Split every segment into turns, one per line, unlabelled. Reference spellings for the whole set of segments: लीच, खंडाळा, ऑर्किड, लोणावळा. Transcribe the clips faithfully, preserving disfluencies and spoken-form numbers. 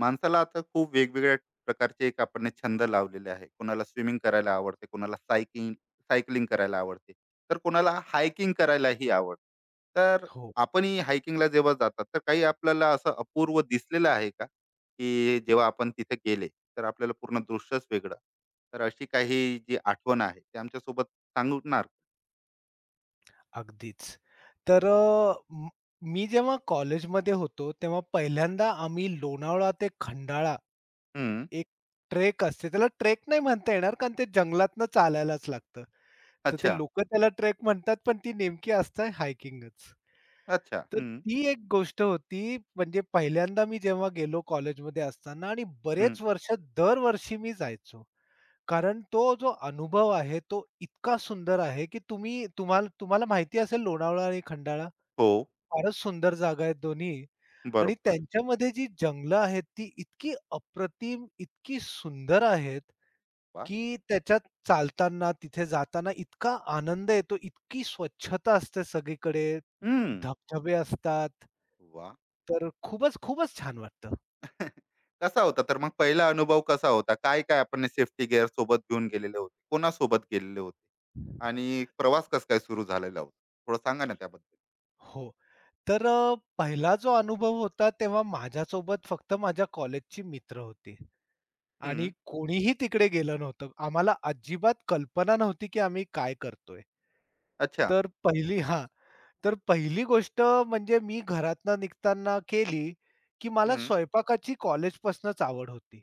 माणसाला आता खूप वेगवेगळ्या प्रकारचे एक आपण ने छंद लावलेले आहे. कोणाला स्विमिंग करायला आवडते, कोणाला सायकिंग सायकलिंग करायला आवडते, तर कोणाला हायकिंग करायलाही आवडते. तर
हो,
आपणही हायकिंगला जेव्हा जातात, तर काही आपल्याला असं अपूर्व दिसलेलं आहे का, की जेव्हा आपण तिथे गेले तर आपल्याला पूर्ण दृश्यच वेगळं? तर अशी काही जी आठवण आहे ते आमच्यासोबत सांगणार?
अगदीच. तर अ, म मी जेव्हा कॉलेजमध्ये होतो, तेव्हा पहिल्यांदा आम्ही लोणावळा ते खंडाळा
हम्म.
एक ट्रेक असते. त्याला ट्रेक नाही म्हणता येणार, कारण ते जंगलातनं चालायलाच लागतं. तर ते
अच्छा.
लोकं त्याला ट्रेक म्हणतात, पण ती नेमकी असते हायकिंगच.
अच्छा.
तर
हम्म.
ती एक गोष्ट होती, म्हणजे पहिल्यांदा मी जेव्हा गेलो कॉलेजमध्ये असताना आणि
हम्म.
बरेच वर्ष दरवर्षी मी जायचो. कारण तो जो अनुभव आहे, तो इतका सुंदर आहे, की तुम्ही तुम्हाला तुम्हाला माहिती असेल लोणावळा आणि खंडाळा
हो.
फारच सुंदर जागा आहेत दोन्ही आणि
बरोबर.
त्यांच्यामध्ये जी जंगलं आहेत, ती इतकी अप्रतिम, इतकी सुंदर आहेत,
वा.
की त्याच्यात चालताना, तिथे जाताना इतका आनंद येतो, इतकी स्वच्छता असते सगळीकडे,
हम्म.
धबधबे असतात,
वा.
तर खूपच, खूपच छान वाटतं.
कसा होता तर मग पहिला अनुभव कसा होता? काय-काय आपण सेफ्टी गिअर सोबत घेऊन गेलेले होते? कोणासोबत गेलेले होते? आणि प्रवास कसा काय सुरू झालेला होता? थोडं सांगा ना त्याबद्दल?
हो. तर अ, पहिला जो अनुभव होता तेव्हा माझ्यासोबत फक्त माझ्या कॉलेजची मित्र होती आणि
हं.
कोणीही तिकडे गेलं नव्हतं. आम्हाला अजिबात कल्पना नव्हती, की आम्ही काय करतोय?
अच्छा.
तर पहिली हां. तर पहिली गोष्ट म्हणजे मी घरातनं निघताना केली, की मला
हं.
स्वयंपाकाची कॉलेजपासूनच आवड होती.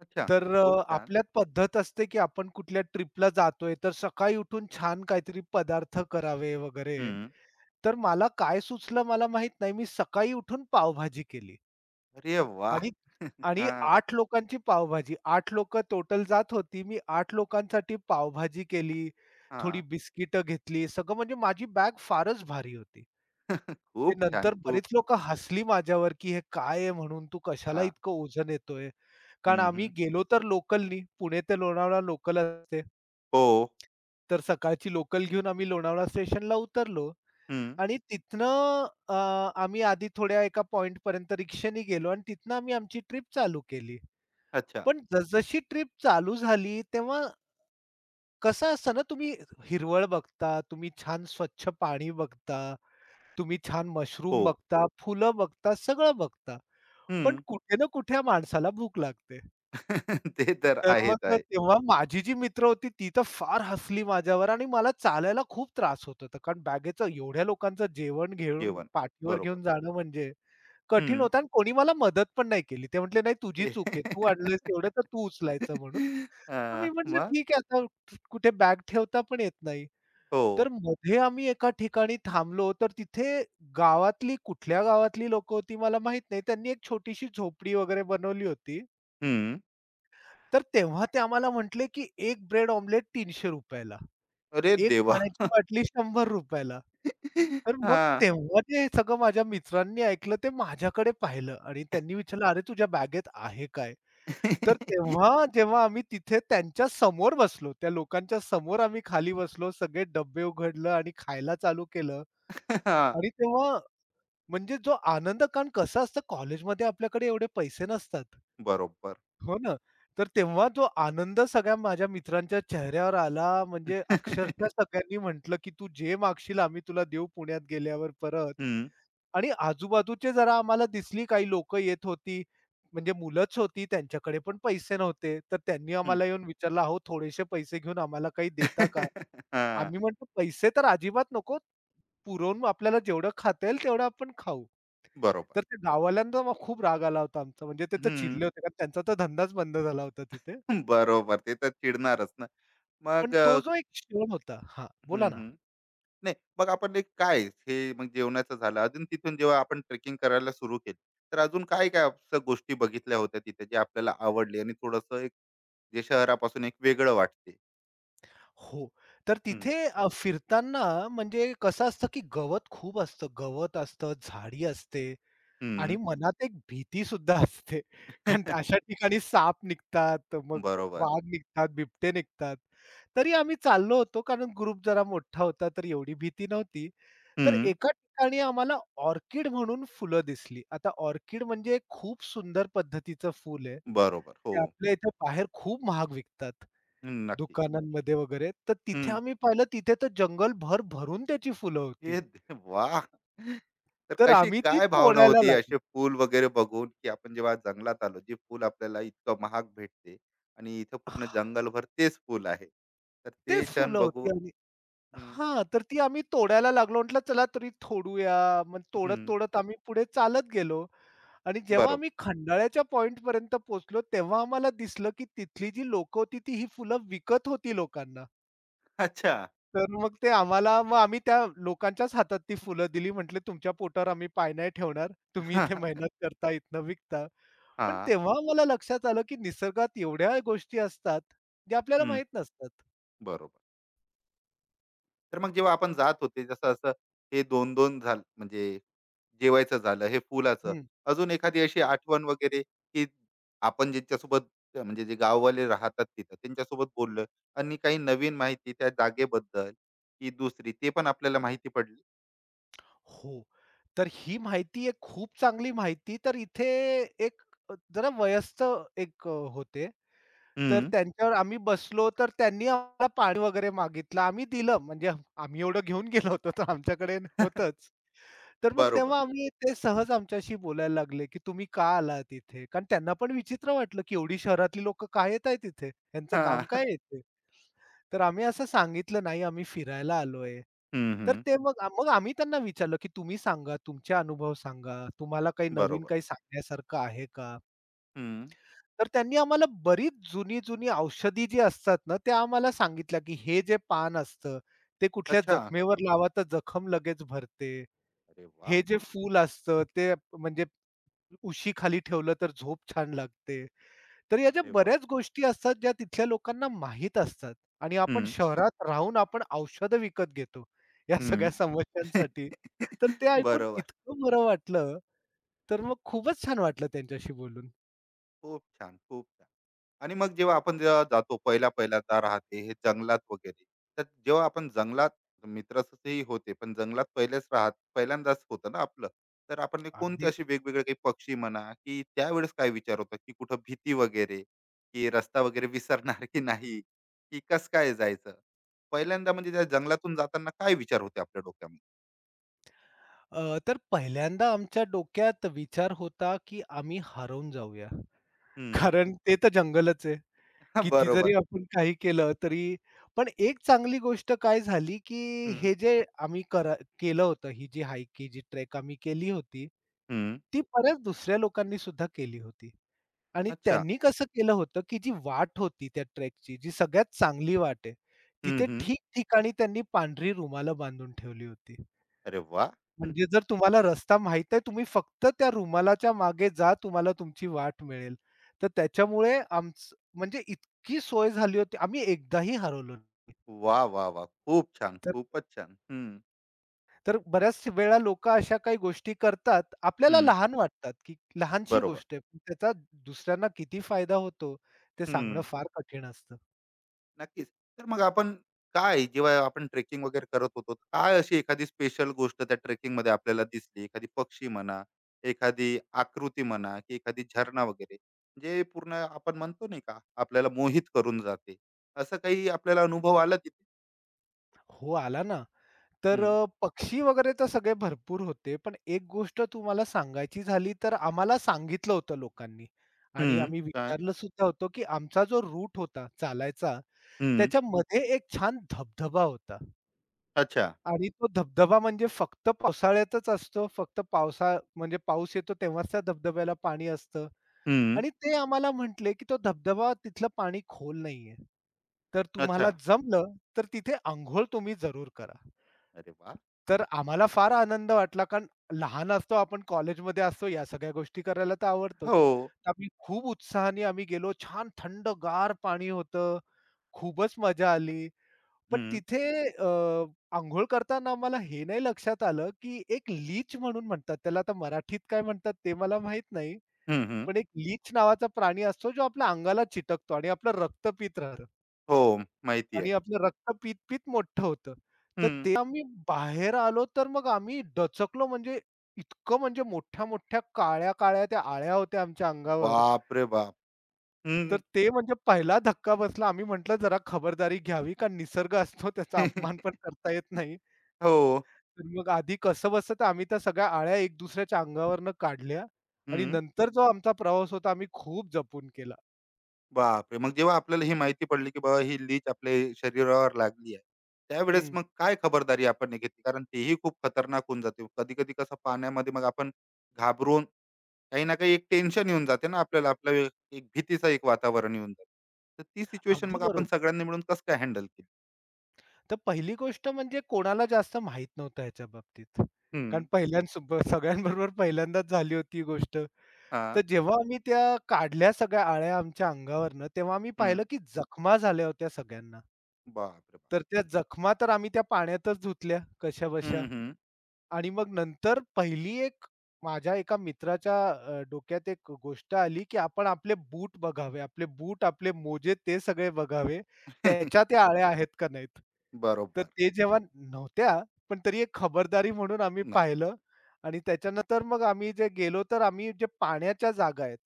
अच्छा.
तर
खूप
अ,
छान.
आपल्यात पद्धत असते, की आपण कुठल्या ट्रिपला जातोय, तर सकाळी उठून छान काहीतरी पदार्थ करावे वगैरे.
हं.
तर मला काय सुचलं मला माहीत नाही. मी सकाळी उठून पावभाजी केली
अरे वाह!
आणि आणि
हां,
आठ लोकांची पावभाजी. आठ लोकं टोटल जात होती. मी आठ लोकांसाठी पावभाजी केली, थोडी
हां.
बिस्किटं घेतली. सगळं म्हणजे माझी बॅग फारच भारी होती. ते
खूप छान.
नंतर
खूप.
बरीच लोकं हसली माझ्यावर, की "हे काय आहे म्हणून तू कशाला
हां.
इतकं ओझं नेतोय?" कारण
हं,
आम्ही
हं.
गेलो तर लोकलनी. पुणे ते लोणावळा लोकल असते.
हो.
तर सकाळची लोकल घेऊन आम्ही लोणावळा स्टेशनला उतरलो
हं.
आणि तिथनं अ, आम्ही आधी थोड्या एका पॉइंट पॉइंटपर्यंत रिक्षाने गेलो आणि तिथनं आम्ही आमची ट्रिप चालू केली.
अच्छा.
पण जसजशी ट्रिप चालू झाली, तेव्हा कसं असतं ना, तुम्ही हिरवळ बघता, तुम्ही छान स्वच्छ पाणी बघता, तुम्ही छान मशरूम
हो.
बघता, फुलं बघता, सगळं बघता. पण
हं.
कुठे ना कुठे या माणसाला भूक लागते.
ते तर
तर
आहेच
मग
आहे.
तेव्हा माझी जी मित्र होती ती तर फार हसली माझ्यावर आणि मला चालायला खूप त्रास होत होता. कारण बॅगेचं एवढ्या लोकांचं जेवण घेऊन
जेवण.
पाठीवर
बरोबर.
घेऊन जाणं म्हणजे कठीण
हं.
होतं आणि कोणी मला मदत पण नाही केली. ते म्हटले, "नाही
ते
तुझी चूक आहे. तू आणलंयस एवढं तर तू उचलायचं" म्हणून. तर मी
अ,
म्हटलं,
मग?
"ठीक आहे आता कुठे बॅग ठेवता पण येत नाही."
हो.
तर मध्ये आम्ही एका ठिकाणी थांबलो तर तिथे गावातली कुठल्या गावातली लोकं होती मला माहीत नाही. त्यांनी एक छोटीशी झोपडी वगैरे बनवली होती.
हं.
तर तेव्हा ते आम्हाला म्हटले, की एक ब्रेड ऑमलेट ₹तीनशे रुपये ला,
अरे
एक
देवा!
पाण्याची बाटली ₹शंभर रुपये ला." तर मग
हां.
तेव्हा ते सगळं माझ्या मित्रांनी ऐकलं, ते माझ्याकडे पाहिलं आणि त्यांनी विचारलं, "अरे, तुझ्या बॅगेत आहे काय?" तर तेव्हा जेव्हा आम्ही तिथे त्यांच्या समोर बसलो, त्या लोकांच्या समोर आम्ही खाली बसलो, सगळे डब्बे उघडलं आणि खायला चालू केलं
हां.
आणि तेव्हा म्हणजे जो आनंद कारण कसं असतं कॉलेजमध्ये आपल्याकडे एवढे पैसे नसतात.
बरोबर.
हो ना. तर तेव्हा जो आनंद सगळ्या माझ्या मित्रांच्या चेहऱ्यावर आला म्हणजे अक्षरशः सगळ्यांनी म्हटलं, की "तू जे मागशील आम्ही तुला देऊ पुण्यात गेल्यावर परत."
हं,
आणि आजूबाजूचे जरा आम्हाला दिसली काही लोकं येत होती. म्हणजे मुलंच होती त्यांच्याकडे पण पैसे नव्हते. तर त्यांनी
हं.
आम्हाला येऊन विचारलं, "अहो थोडेसे पैसे घेऊन आम्हाला काही देता का?"
हां.
आम्ही म्हटलं, "पैसे तर अजिबात नको. पुरवून आपल्याला जेवढं खाता येईल तेवढं आपण खाऊ."
बरोबर.
तर त्या गाववाल्यांचा मग खूप राग आला होता आमचा. म्हणजे ते तर
हं.
चिडले होते कारण त्यांचा तर धंदाच बंद झाला होता तिथे.
बरोबर. ते तर चिडणारच ना.
पण
मग
तो
अ,
जो एक क्षण होता हां, बोला
हं,
ना.
हं. नाही, मग आपण एक काय, हे मग जेवणाचं झालं. अजून तिथून जेव्हा आपण ट्रेकिंग करायला सुरू केली, तर अजून काय-काय असं गोष्टी बघितल्या होत्या तिथे जे आपल्याला आवडली, आणि थोडंसं एक जे शहरापासून एक वेगळं वाटते?
हो. तर
हं,
तिथे अ, फिरताना म्हणजे कसं असतं, की गवत खूप असतं. गवत असतं, झाडी असते. आणि
हं.
मनात एक भीती सुद्धा असते. कारण अशा ठिकाणी साप निघतात, मग
बरोबर.
वाघ निघतात, बिबटे निघतात. तरी आम्ही चाललो होतो कारण ग्रुप जरा मोठा होता, तर एवढी भीती नव्हती. तर
हं.
एका ठिकाणी आम्हाला ऑर्किड म्हणून फुलं दिसली. आता ऑर्किड म्हणजे एक खूप सुंदर पद्धतीचं फूल आहे.
बरोबर. हो.
ते आपल्या इथे बाहेर खूप महाग विकतात
हं, नक्की.
दुकानांमध्ये वगैरे. तर तिथे
हं.
आम्ही पाहिलं तिथे तर जंगल भर भरून त्याची फुलं होती.
हे दे वाह! तर
तर
कशी
आम्ही ती
काय भावना
तोडायला
होती
लागलो.
असे फूल वगैरे बघून, की आपण जेव्हा जंगलात आलो, जे फूल आपल्याला इतकं महाग भेटते आणि इथं पूर्ण जंगलभर तेच फूल आहे, तर ते
तेच
क्षण
फुलं
बघून?
होती
हं,
हां, तर ती आम्ही तोडायला लागलो. म्हटलं चला तरी तोडूया. मग
हं.
तोडत-तोडत आम्ही पुढे चालत गेलो आणि जेव्हा
बरोबर.
आम्ही खंडाळ्याच्या पॉइंटपर्यंत पोहोचलो, तेव्हा आम्हाला दिसलं, की तिथली जी लोक होती, ती ही फुलं विकत होती लोकांना.
अच्छा.
तर मग ते आम्हाला मग आम्ही त्या लोकांच्याच हातात ती फुलं दिली. म्हटले, "तुमच्या पोटावर आम्ही पाय नाही ठेवणार. तुम्ही इथे मेहनत करता, इथनं विकता." पण
हां.
तेव्हा आम्हाला लक्षात आलं, की निसर्गात एवढ्या गोष्टी असतात, ज्या आपल्याला
हं.
माहीत नसतात.
बरोबर. तर मग जेव्हा आपण जात होते, जसं असं हे दोन दोन झालं, म्हणजे जेवायचं झालं, हे फुलाचं. अजून एखादी अशी आठवण वगैरे, की आपण ज्यांच्यासोबत, अ, म्हणजे जे गाववाले राहतात तिथं, त्यांच्यासोबत बोललोय आणि काही नवीन माहिती त्या जागेबद्दल, की दुसरी ते पण आपल्याला माहिती पडली?
हो. तर ही माहिती एक खूप चांगली माहिती तर इथे एक अ, जरा वयस्क एक अ, होते. तर
हं.
त्यांच्यावर आम्ही बसलो तर त्यांनी आम्हाला पाणी वगैरे मागितलं. आम्ही दिलं म्हणजे आम्ही एवढं घेऊन गेलो होतो तर आमच्याकडे होतंच. तर मग
बरोबर.
तेव्हा आम्ही ते सहज आमच्याशी बोलायला लागले, की तुम्ही का आलात इथे? कारण त्यांना पण विचित्र वाटलं, की एवढी शहरातली लोकं का येत आहेत इथे? यांचं काम
हां.
काय आहे इथे? तर आम्ही असं सांगितलं, "नाही, आम्ही फिरायला आलोय."
हं,
तर
हं.
ते मग मग आम्ही त्यांना विचारलं, की "तुम्ही सांगा, तुमचे अनुभव सांगा. तुम्हाला काही नवीन
बरोबर.
काही सांगण्यासारखं आहे का?"
हं.
तर त्यांनी आम्हाला बरीच जुनी-जुनी औषधी जी असतात ना, त्या आम्हाला सांगितल्या, की हे जे पान असतं, ते कुठल्या
अच्छा.
जखमेवर लावा तर जखम लगेच भरते.
अरे वाह!
हे जे फूल असतं, ते म्हणजे उशीखाली ठेवलं तर झोप छान लागते. तर या ज्या
अरे वाह!
बऱ्याच गोष्टी असतात ज्या तिथल्या लोकांना माहीत असतात आणि आपण
हं.
शहरात राहून आपण औषधं विकत घेतो या सगळ्या
हं.
समस्यांसाठी. तर ते ऐकून
बरोबर.
इतकं बरं वाटलं, तर मग खूपच छान वाटलं त्यांच्याशी बोलून.
खूप छान, खूप. आणि मग जेव्हा आपण जेव्हा जातो, पहिला पहिल्यांदा राहते हे जंगलात वगैरे, तर जेव्हा आपण जंगलात मित्राचंही होते, पण जंगलात पहिलेच राहत पहिल्यांदाच होतं ना आपलं? तर आपण हे कोणते
अगदी.
असे वेगवेगळे काही पक्षी म्हणा, की त्यावेळेस काय विचार होता, की कुठं भीती वगैरे, की रस्ता वगैरे विसरणार की नाही, की कस काय जायचं? पहिल्यांदा म्हणजे त्या जंगलातून जाताना काय विचार होते आपल्या डोक्यामध्ये?
अ, तर पहिल्यांदा आमच्या डोक्यात विचार होता, की आम्ही हरवून जाऊया.
हम्म.
कारण ते तर जंगलच आहे.
हा,
किती
बरोबर.
जरी आपण काही केलं तरी पण एक चांगली गोष्ट काय झाली, की
हम्म.
हे जे आम्ही करा केलं होतं, ही जी हाईक, ही जी ट्रेक आम्ही केली होती,
हम्म.
ती परत दुसऱ्या लोकांनी सुद्धा केली होती. आणि
अच्छा.
त्यांनी कसं केलं होतं, की जी वाट होती त्या ट्रेकची, जी सगळ्यात चांगली वाट आहे,
हम्म.
तिथे
हम्म.
ठीक ठिकाणी त्यांनी पांढरी रुमालं बांधून ठेवली होती.
अरे वा. हम्म,
म्हणजे जर तुम्हाला रस्ता माहीत आहे, तुम्ही फक्त त्या रुमालाच्या मागे जा, तुम्हाला तुमची वाट मिळेल. तर त्याच्यामुळे आमचं म्हणजे इतकी सोय झाली होती. आम्ही एकदाही हरवलो नाही.
वा वा वा, खूप छान.
तर
खूपच छान. हम्म.
तर बऱ्याच वेळा लोकं अशा काही गोष्टी करतात, आपल्याला
हं,
लहान वाटतात, की लहानशी
बरोबर.
गोष्ट आहे. पण त्याचा दुसऱ्यांना किती फायदा होतो, ते सांगणं
हं,
फार कठीण असतं.
नक्कीच. तर मग आपण काय, जेव्हा आपण ट्रेकिंग वगैरे करत होतो, काय अशी एखादी स्पेशल गोष्ट त्या ट्रेकिंगमध्ये आपल्याला दिसली? एखादी पक्षी म्हणा, एखादी आकृती म्हणा, की एखादी झरणा वगैरे, जे पूर्ण आपण म्हणतो नाही का, आपल्याला मोहित करून जाते? असं काही आपल्याला अनुभव आला तिथे?
हो, आला ना. तर
हं,
अ, पक्षी वगैरे तर सगळे भरपूर होते. पण एक गोष्ट तुम्हाला सांगायची झाली तर आम्हाला सांगितलं होतं लोकांनी आणि
हं,
आम्ही
काय?
विचारलं सुद्धा होतो, की आमचा जो रूट होता चालायचा,
हं,
त्याच्यामध्ये एक छान धबधबा होता
अच्छा.
आणि तो धबधबा म्हणजे फक्त पावसाळ्यातच असतो. फक्त पावसा म्हणजे पाऊस येतो तेव्हाच त्या धबधब्याला पाणी असतं
हं,
आणि ते आम्हाला म्हटले, की तो धबधबा तिथलं पाणी खोल नाहीये. तर
अच्छा.
तुम्हाला जमलं तर तिथे अंघोळ तुम्ही जरूर करा.
अरे वाह!
तर आम्हाला फार आनंद वाटला, कारण लहान असतो आपण कॉलेजमध्ये असतो या सगळ्या गोष्टी करायला तर आवडतोच.
हो.
तर आम्ही खूप उत्साहाने आम्ही गेलो. छान थंडगार पाणी होतं. खूपच मजा आली. पण
हं,
तिथे अ, अंघोळ करताना आम्हाला हे नाही लक्षात आलं, की एक लीच म्हणून म्हणतात त्याला आता मराठीत काय म्हणतात ते मला माहीत नाही.
हं, हं.
पण एक लीच नावाचा प्राणी असतो जो आपल्या अंगाला चिटकतो आणि आपलं रक्त पीत राहतं.
हो, माहिती आहे.
आणि आपलं रक्त पीत-पीत मोठं होतं. तर
हं.
ते आम्ही बाहेर आलो, तर मग आम्ही दचकलो म्हणजे इतकं म्हणजे मोठ्या-मोठ्या काळ्या-काळ्या त्या आळ्या होत्या आमच्या अंगावर.
बापरे बाप! हं.
तर ते म्हणजे पहिला धक्का बसला. आम्ही म्हटलं जरा खबरदारी घ्यावी, कारण निसर्ग असतो त्याचा अपमान पण करता येत नाही.
हो.
तर मग आधी कसं-बसं आम्ही त्या सगळ्या आळ्या एक दुसऱ्याच्या अंगावरनं काढल्या आणि
हं.
नंतर जो आमचा प्रवास होता आम्ही खूप जपून केला.
बापरे! मग जेव्हा आपल्याला ही माहिती पडली, की बाबा ही लीच आपल्या शरीरावर लागली आहे, त्यावेळेस
हं,
मग काय खबरदारी आपण नाही घेतली? कारण तेही खूप खतरनाक होऊन जाते. कधी-कधी कसं पाण्यामध्ये मग आपण घाबरून, काही ना काही एक टेन्शन येऊन जाते ना आपल्याला, आपल्या एक भीतीचं एक वातावरण येऊन जातं. तर ती सिच्युएशन
अगदी
मग आपण
बरोबर.
सगळ्यांनी मिळून कसं काय हँडल केली?
तर पहिली गोष्ट म्हणजे कोणाला जास्त माहीत नव्हतं ह्याच्या बाबतीत.
हं.
कारण पहिल्यांसोब सगळ्यांबरोबर पहिल्यांदाच झाली होती ही गोष्ट. तर
हां.
जेव्हा आम्ही त्या काढल्या सगळ्या आळ्या आमच्या अंगावरनं, तेव्हा आम्ही पाहिलं
हं.
की जखमा झाल्या होत्या सगळ्यांना.
बापरे बाप!
तर त्या जखमा तर आम्ही त्या पाण्यातच धुतल्या कशाबशा.
हं, हं.
आणि मग नंतर पहिली एक माझ्या एका मित्राच्या अ, डोक्यात एक गोष्ट आली, की आपण आपले बूट बघावे. आपले बूट, आपले मोजे ते सगळे बघावे. त्याच्या त्या आळ्या आहेत का नाहीत? तर
बरोबर.
ते जेव्हा नव्हत्या, पण तरी एक खबरदारी म्हणून आम्ही
नाही.
पाहिलं आणि त्याच्यानंतर मग आम्ही जे गेलो, तर आम्ही जे पाण्याच्या जागा आहेत,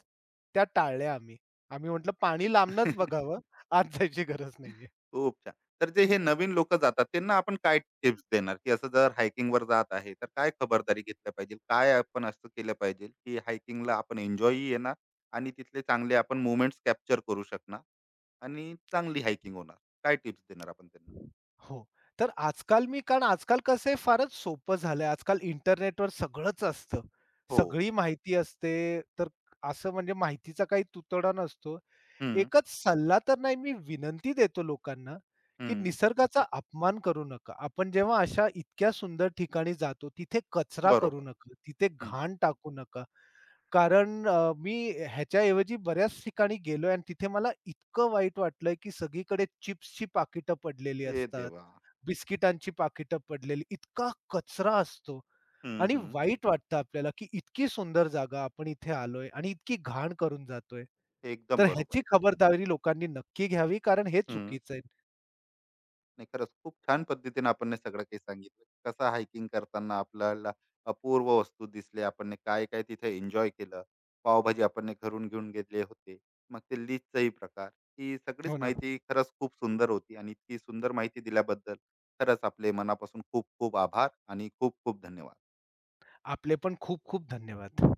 त्या टाळल्या आम्ही. आम्ही म्हटलं पाणी लांबनच बघावं, आत जायची गरज नाहीये.
खूप छान. तर जे हे नवीन लोक जातात, त्यांना आपण काय टिप्स देणार, की असं जर hiking वर जात आहे, तर काय खबरदारी घेतल्या पाहिजे, काय आपण असं केलं पाहिजे, की हायकिंगला आपण एन्जॉय येणार, आणि तिथले चांगले आपण मुवमेंट्स कॅप्चर करू शकणार, आणि चांगली हायकिंग होणार? काय टिप्स देणार आपण त्यांना?
हो. तर आजकाल मी कारण आजकाल कसं आहे फारच सोपं झालंय. आजकाल इंटरनेटवर सगळंच असतं.
हो.
सगळी माहिती असते. तर असं म्हणजे माहितीचा काही तुतडा नसतो.
हम्म,
एकच सल्ला तर नाही मी विनंती देतो लोकांना, की
हम्म,
निसर्गाचा अपमान करू नका. आपण जेव्हा अशा इतक्या सुंदर ठिकाणी जातो तिथे कचरा करू
बरोबर.
नका. तिथे
हम्म.
घाण टाकू नका. कारण अ, मी ह्याच्याऐवजी बऱ्याच ठिकाणी गेलोय आणि तिथे मला इतकं वाईट वाटलंय, की सगळीकडे चिप्सची पाकिटं पडलेली
हे
असतात.
देवा.
बिस्किटांची पाकिटं पडलेली, इतका कचरा असतो
हम्म,
आणि
हम्म.
वाईट वाटतं आपल्याला, की इतकी सुंदर जागा आपण इथे आलोय आणि इतकी घाण करून जातोय.
एकदम
तर
बरोबर.
ह्याची खबरदारी लोकांनी नक्की घ्यावी कारण हे चुकीचं आहे.
नाही, खरंच खूप छान पद्धतीने आपण हे सगळं काही सांगितलं, कसं हायकिंग करताना आपल्याला अपूर्व वस्तू दिसले, आपण ने काय काय तिथे एन्जॉय केलं, पावभाजी आपण ने घरून घेऊन गेले होते, मग ते लीजचाही प्रकार. ही सगळीच
हो ना.
माहिती खरंच खूप सुंदर होती, आणि इतकी सुंदर माहिती दिल्याबद्दल खरंच आपले मनापासून खूप खूप आभार आणि खूप खूप धन्यवाद.
आपले पण खूप खूप धन्यवाद.